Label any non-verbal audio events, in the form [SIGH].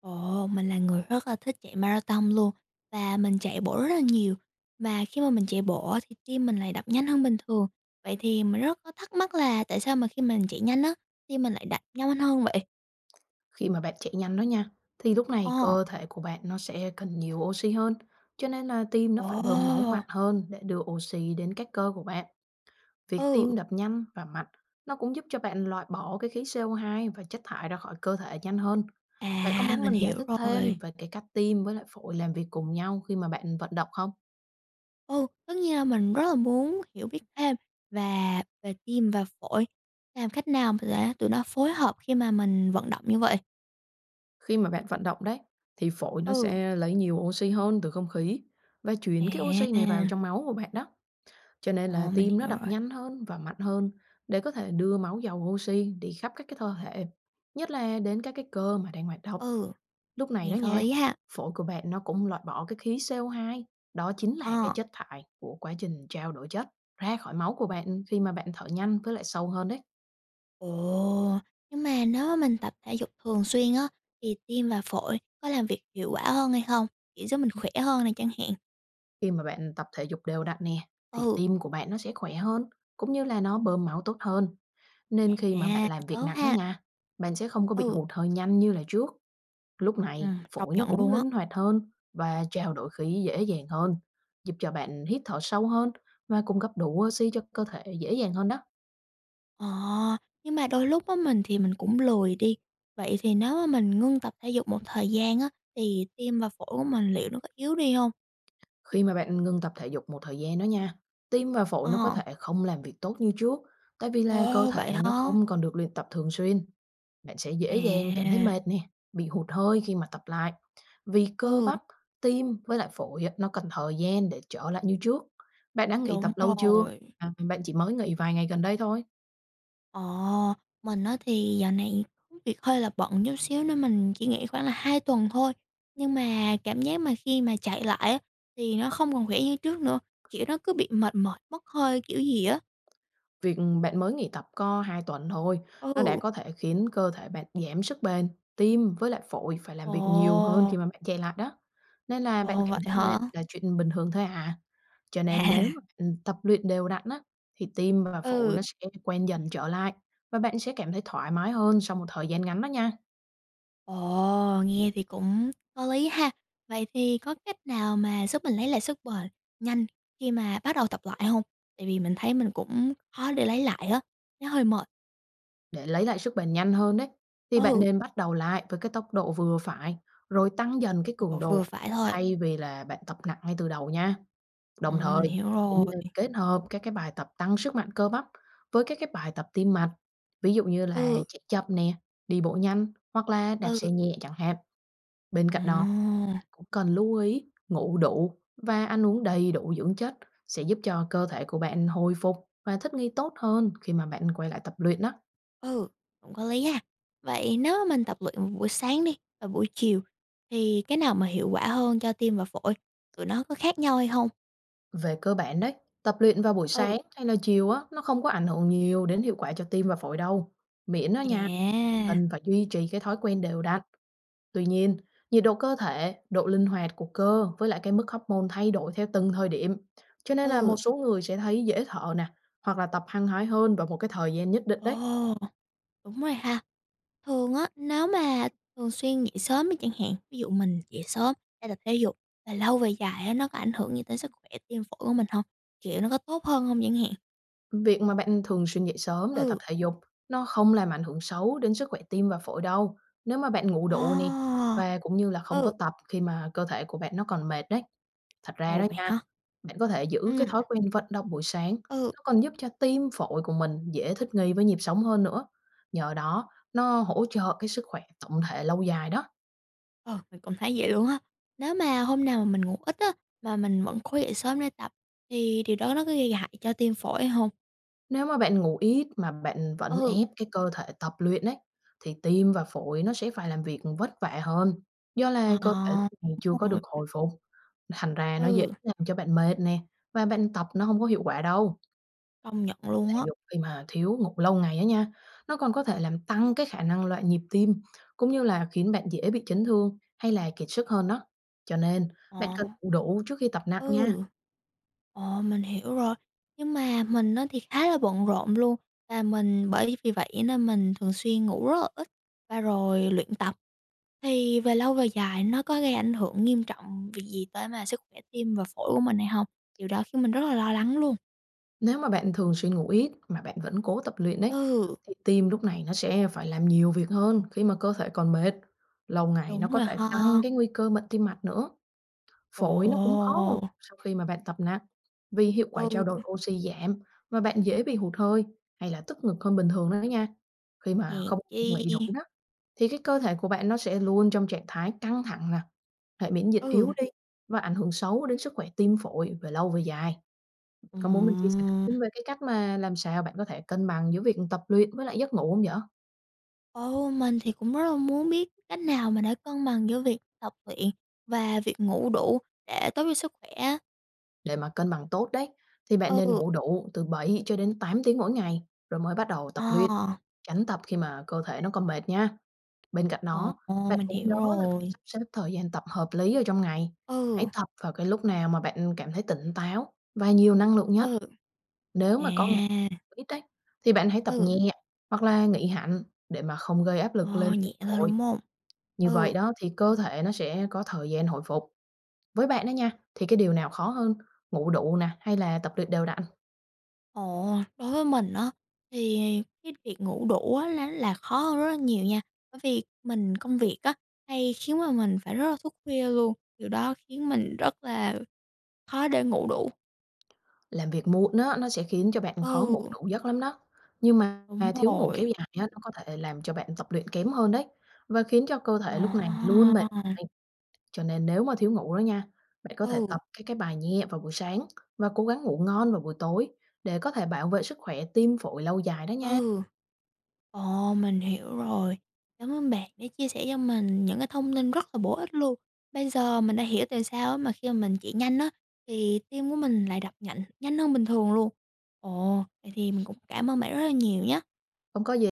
Ồ, mình là người rất là thích chạy marathon luôn và mình chạy bộ rất là nhiều. Và khi mà mình chạy bộ á thì tim mình lại đập nhanh hơn bình thường. Vậy thì mình rất có thắc mắc là tại sao mà khi mình chạy nhanh á, tim mình lại đập nhanh hơn vậy? Khi mà bạn chạy nhanh đó nha, thì lúc này Ồ, cơ thể của bạn nó sẽ cần nhiều oxy hơn, cho nên là tim nó phải bơm máu ồ, mạnh hơn để đưa oxy đến các cơ của bạn. Việc ừ, tim đập nhanh và mạnh nó cũng giúp cho bạn loại bỏ cái khí CO2 và chất thải ra khỏi cơ thể nhanh hơn. Bạn có à, muốn mình mình giải hiểu thích thêm rồi. về cái cách tim với lại phổi làm việc cùng nhau khi mà bạn vận động không? Ừ, tất nhiên là mình rất là muốn hiểu biết thêm và về tim và phổi, làm cách nào mà để tụi nó phối hợp khi mà mình vận động như vậy. Khi mà bạn vận động đấy, thì phổi nó Ừ, sẽ lấy nhiều oxy hơn từ không khí và à, chuyển cái oxy này vào trong máu của bạn đó. Cho nên là ồ, mình tim nó hiểu đập rồi. nhanh hơn và mạnh hơn để có thể đưa máu giàu oxy đi khắp các cái cơ thể, nhất là đến các cái cơ mà đang hoạt động. Ừ. Lúc này đó Nghe có nha, lý ha. phổi của bạn nó cũng loại bỏ cái khí CO2, đó chính là cái Ờ, chất thải của quá trình trao đổi chất ra khỏi máu của bạn khi mà bạn thở nhanh với lại sâu hơn đấy. ồ, nhưng mà nếu mà mình tập thể dục thường xuyên á, thì tim và phổi có làm việc hiệu quả hơn hay không? Kiểu giúp mình khỏe hơn này chẳng hạn. Khi mà bạn tập thể dục đều đặn nè, thì Ừ, tim của bạn nó sẽ khỏe hơn, cũng như là nó bơm máu tốt hơn. Nên khi mà bạn à, làm việc tốt nặng đó ha. nha, bạn sẽ không có bị Ừ, hụt hơi nhanh như là trước. Lúc ừ, này, công phổi nó nhận cũng luôn á. linh hoạt hơn và trao đổi khí dễ dàng hơn, giúp cho bạn hít thở sâu hơn và cung cấp đủ oxy cho cơ thể dễ dàng hơn đó. Ờ, nhưng mà đôi lúc á mình thì mình cũng lười đi. Vậy thì nếu mà mình ngưng tập thể dục một thời gian á, thì tim và phổi của mình liệu nó có yếu đi không? Khi mà bạn ngừng tập thể dục một thời gian đó nha, tim và phổi nó có Ờ, thể không làm việc tốt như trước, tại vì là cơ ồ, vậy thể nó hả? không còn được luyện tập thường xuyên. Bạn sẽ dễ dàng cảm thấy À, mệt nè, bị hụt hơi khi mà tập lại. Vì cơ ừ, bắp, tim với lại phổi á, nó cần thời gian để trở lại như trước. Bạn đã nghỉ tập đúng lâu chưa? rồi. À, bạn chỉ mới nghỉ vài ngày gần đây thôi. Ờ, mình á thì dạo này công việc hơi là bận chút xíu nên mình chỉ nghỉ khoảng là 2 tuần thôi. Nhưng mà cảm giác mà khi mà chạy lại á, thì nó không còn khỏe như trước nữa, kiểu, nó cứ bị mệt mỏi, mất hơi kiểu gì á. Việc bạn mới nghỉ tập có 2 tuần thôi, nó đã Ừ. có thể khiến cơ thể bạn giảm sức bền, tim với lại phổi phải làm Ồ, việc nhiều hơn khi mà bạn chạy lại đó. Nên là bạn ồ, cảm vậy thấy mệt hả? là chuyện bình thường thôi à. Cho nên À, nếu [LAUGHS] mà bạn tập luyện đều đặn á, thì tim và phổi ừ, nó sẽ quen dần trở lại và bạn sẽ cảm thấy thoải mái hơn sau một thời gian ngắn đó nha. ồ, nghe thì cũng có lý ha. Vậy thì có cách nào mà giúp mình lấy lại sức bền nhanh khi mà bắt đầu tập lại không? Tại vì mình thấy mình cũng khó để lấy lại á, nó hơi mệt. Để lấy lại sức bền nhanh hơn đấy, thì bạn Ừ. nên bắt đầu lại với cái tốc độ vừa phải, rồi tăng dần cái cường Ồ, vừa độ phải thôi. thay vì là bạn tập nặng ngay từ đầu nha. Ồ, Đồng mình thời, hiểu cũng rồi. nên kết hợp các cái bài tập tăng sức mạnh cơ bắp với các cái bài tập tim mạch, ví dụ như là Ừ, chạy chậm nè, đi bộ nhanh hoặc là đạp xe ừ. nhẹ chẳng hạn. Bên cạnh đó, Ồ, cũng cần lưu ý ngủ đủ và ăn uống đầy đủ dưỡng chất sẽ giúp cho cơ thể của bạn hồi phục và thích nghi tốt hơn khi mà bạn quay lại tập luyện đó. ừ, cũng có lý ha. Vậy nếu mà mình tập luyện vào buổi sáng đi và buổi chiều thì cái nào mà hiệu quả hơn cho tim và phổi? Tụi nó có khác nhau hay không? Về cơ bản đấy, tập luyện vào buổi Ừ. sáng hay là chiều á, nó không có ảnh hưởng nhiều đến hiệu quả cho tim và phổi đâu. Miễn đó nha, À, cần phải duy trì cái thói quen đều đặn. Tuy nhiên, nhiệt độ cơ thể, độ linh hoạt của cơ với lại cái mức hormone thay đổi theo từng thời điểm. Cho nên là một ừ. số người sẽ thấy dễ thở nè, hoặc là tập hăng hái hơn vào một cái thời gian nhất định Ồ, đấy. đúng rồi ha. Thường á, nếu mà thường xuyên dậy sớm đi chẳng hạn, ví dụ mình dậy sớm để tập thể dục và lâu về dài á, nó có ảnh hưởng gì tới sức khỏe tim phổi của mình không? Kiểu, nó có tốt hơn không chẳng hạn? Việc mà bạn thường xuyên dậy sớm để tập Ừ. thể dục nó không làm ảnh hưởng xấu đến sức khỏe tim và phổi đâu. Nếu mà bạn ngủ đủ nè Ồ. và cũng như là không có Ừ. tập khi mà cơ thể của bạn nó còn mệt đấy. Thật ra Ồ, đó vậy nha, hả? bạn có thể giữ cái Ừ, thói quen vận động buổi sáng, ừ, nó còn giúp cho tim phổi của mình dễ thích nghi với nhịp sống hơn nữa. Nhờ đó nó hỗ trợ cái sức khỏe tổng thể lâu dài đó. ờ, mình cũng thấy vậy luôn á. Nếu mà hôm nào mà mình ngủ ít á, mà mình vẫn khó dậy sớm để tập thì điều đó nó có gây hại cho tim phổi không? Nếu mà bạn ngủ ít mà bạn vẫn Ừ, ép cái cơ thể tập luyện ấy, thì tim và phổi nó sẽ phải làm việc vất vả hơn, do là ờ, cơ thể lúc này chưa đúng có được rồi, hồi phục, thành ra nó dễ ừ, làm cho bạn mệt nè, và bạn tập nó không có hiệu quả đâu. công nhận Tập luôn thể á. dục khi mà thiếu ngủ lâu ngày á nha, nó còn có thể làm tăng cái khả năng loạn nhịp tim, cũng như là khiến bạn dễ bị chấn thương hay là kiệt sức hơn đó. Cho nên Ờ, bạn cần ngủ đủ trước khi tập nặng nha. ừ. Ờ, mình hiểu rồi. Nhưng mà mình nó thì khá là bận rộn luôn, và mình bởi vì vậy nên mình thường xuyên ngủ rất là ít và rồi luyện tập. Thì về lâu về dài nó có gây ảnh hưởng nghiêm trọng việc gì tới mà sức khỏe tim và phổi của mình hay không? Điều đó khiến mình rất là lo lắng luôn. Nếu mà bạn thường xuyên ngủ ít mà bạn vẫn cố tập luyện đấy, Ừ, thì tim lúc này nó sẽ phải làm nhiều việc hơn khi mà cơ thể còn mệt. Lâu ngày nó đúng có rồi thể tăng ha. cái nguy cơ bệnh tim mạch nữa. Phổi nó cũng khó hồi phục Ồ, sau khi mà bạn tập nặng. Vì hiệu quả ừ, trao đổi oxy giảm và bạn dễ bị hụt hơi hay là tức ngực hơn bình thường đó nha. Khi mà hèn không nghỉ chi. đủ đó, thì cái cơ thể của bạn nó sẽ luôn trong trạng thái căng thẳng nè, hệ miễn dịch Ừ. yếu đi và ảnh hưởng xấu đến sức khỏe tim phổi về lâu về dài. Có muốn mình chia sẻ Ừm. thêm về cái cách mà làm sao bạn có thể cân bằng giữa việc tập luyện với lại giấc ngủ hông vậy? Ồ, mình thì cũng rất là muốn biết cách nào mà để cân bằng giữa việc tập luyện và việc ngủ đủ để tốt cho sức khỏe. Để mà cân bằng tốt đấy, thì bạn nên Ừ, ngủ đủ từ 7 cho đến 8 tiếng mỗi ngày rồi mới bắt đầu ờ, tập luyện, tránh tập khi mà cơ thể nó còn mệt nha. Bên cạnh đó, ồ, bạn mình cũng hiểu nhớ là phải rồi. sắp xếp thời gian tập hợp lý ở trong ngày. Hãy Ừ, tập vào cái lúc nào mà bạn cảm thấy tỉnh táo và nhiều năng lượng nhất. ừ, Nếu mà có ngày à, ít đấy, thì bạn hãy tập ừ, nhẹ hoặc là nghỉ hẳn để mà không gây áp lực lên ờ, tim nhẹ thôi phổi. đúng không? Như vậy Ừ, đó thì cơ thể nó sẽ có thời gian hồi phục. Với bạn đó nha, thì cái điều nào khó hơn? Ngủ đủ nè, hay là tập luyện đều đặn? ồ, đối với mình á, thì cái việc ngủ đủ á, là khó hơn rất là nhiều nha. Bởi vì mình công việc á, hay khiến mà mình phải rất là thức khuya luôn. Điều đó khiến mình rất là khó để ngủ đủ. Làm việc muộn đó nó sẽ khiến cho bạn khó ngủ Ừ. đủ giấc lắm đó. Nhưng mà Đúng thiếu ngủ kéo rồi. dài á, nó có thể làm cho bạn tập luyện kém hơn đấy. Và khiến cho cơ thể lúc này luôn À, mệt mỏi. Cho nên nếu mà thiếu ngủ đó nha, bạn có thể ừ, tập các cái bài nhẹ vào buổi sáng và cố gắng ngủ ngon vào buổi tối để có thể bảo vệ sức khỏe tim phổi lâu dài đó nha. ừ, ồ, mình hiểu rồi. Cảm ơn bạn đã chia sẻ cho mình những cái thông tin rất là bổ ích luôn. Bây giờ mình đã hiểu tại sao á mà khi mà mình chạy nhanh á, thì tim của mình lại đập nhanh nhanh hơn bình thường luôn. Ồ, vậy thì mình cũng cảm ơn bạn rất là nhiều nhé. Không có gì.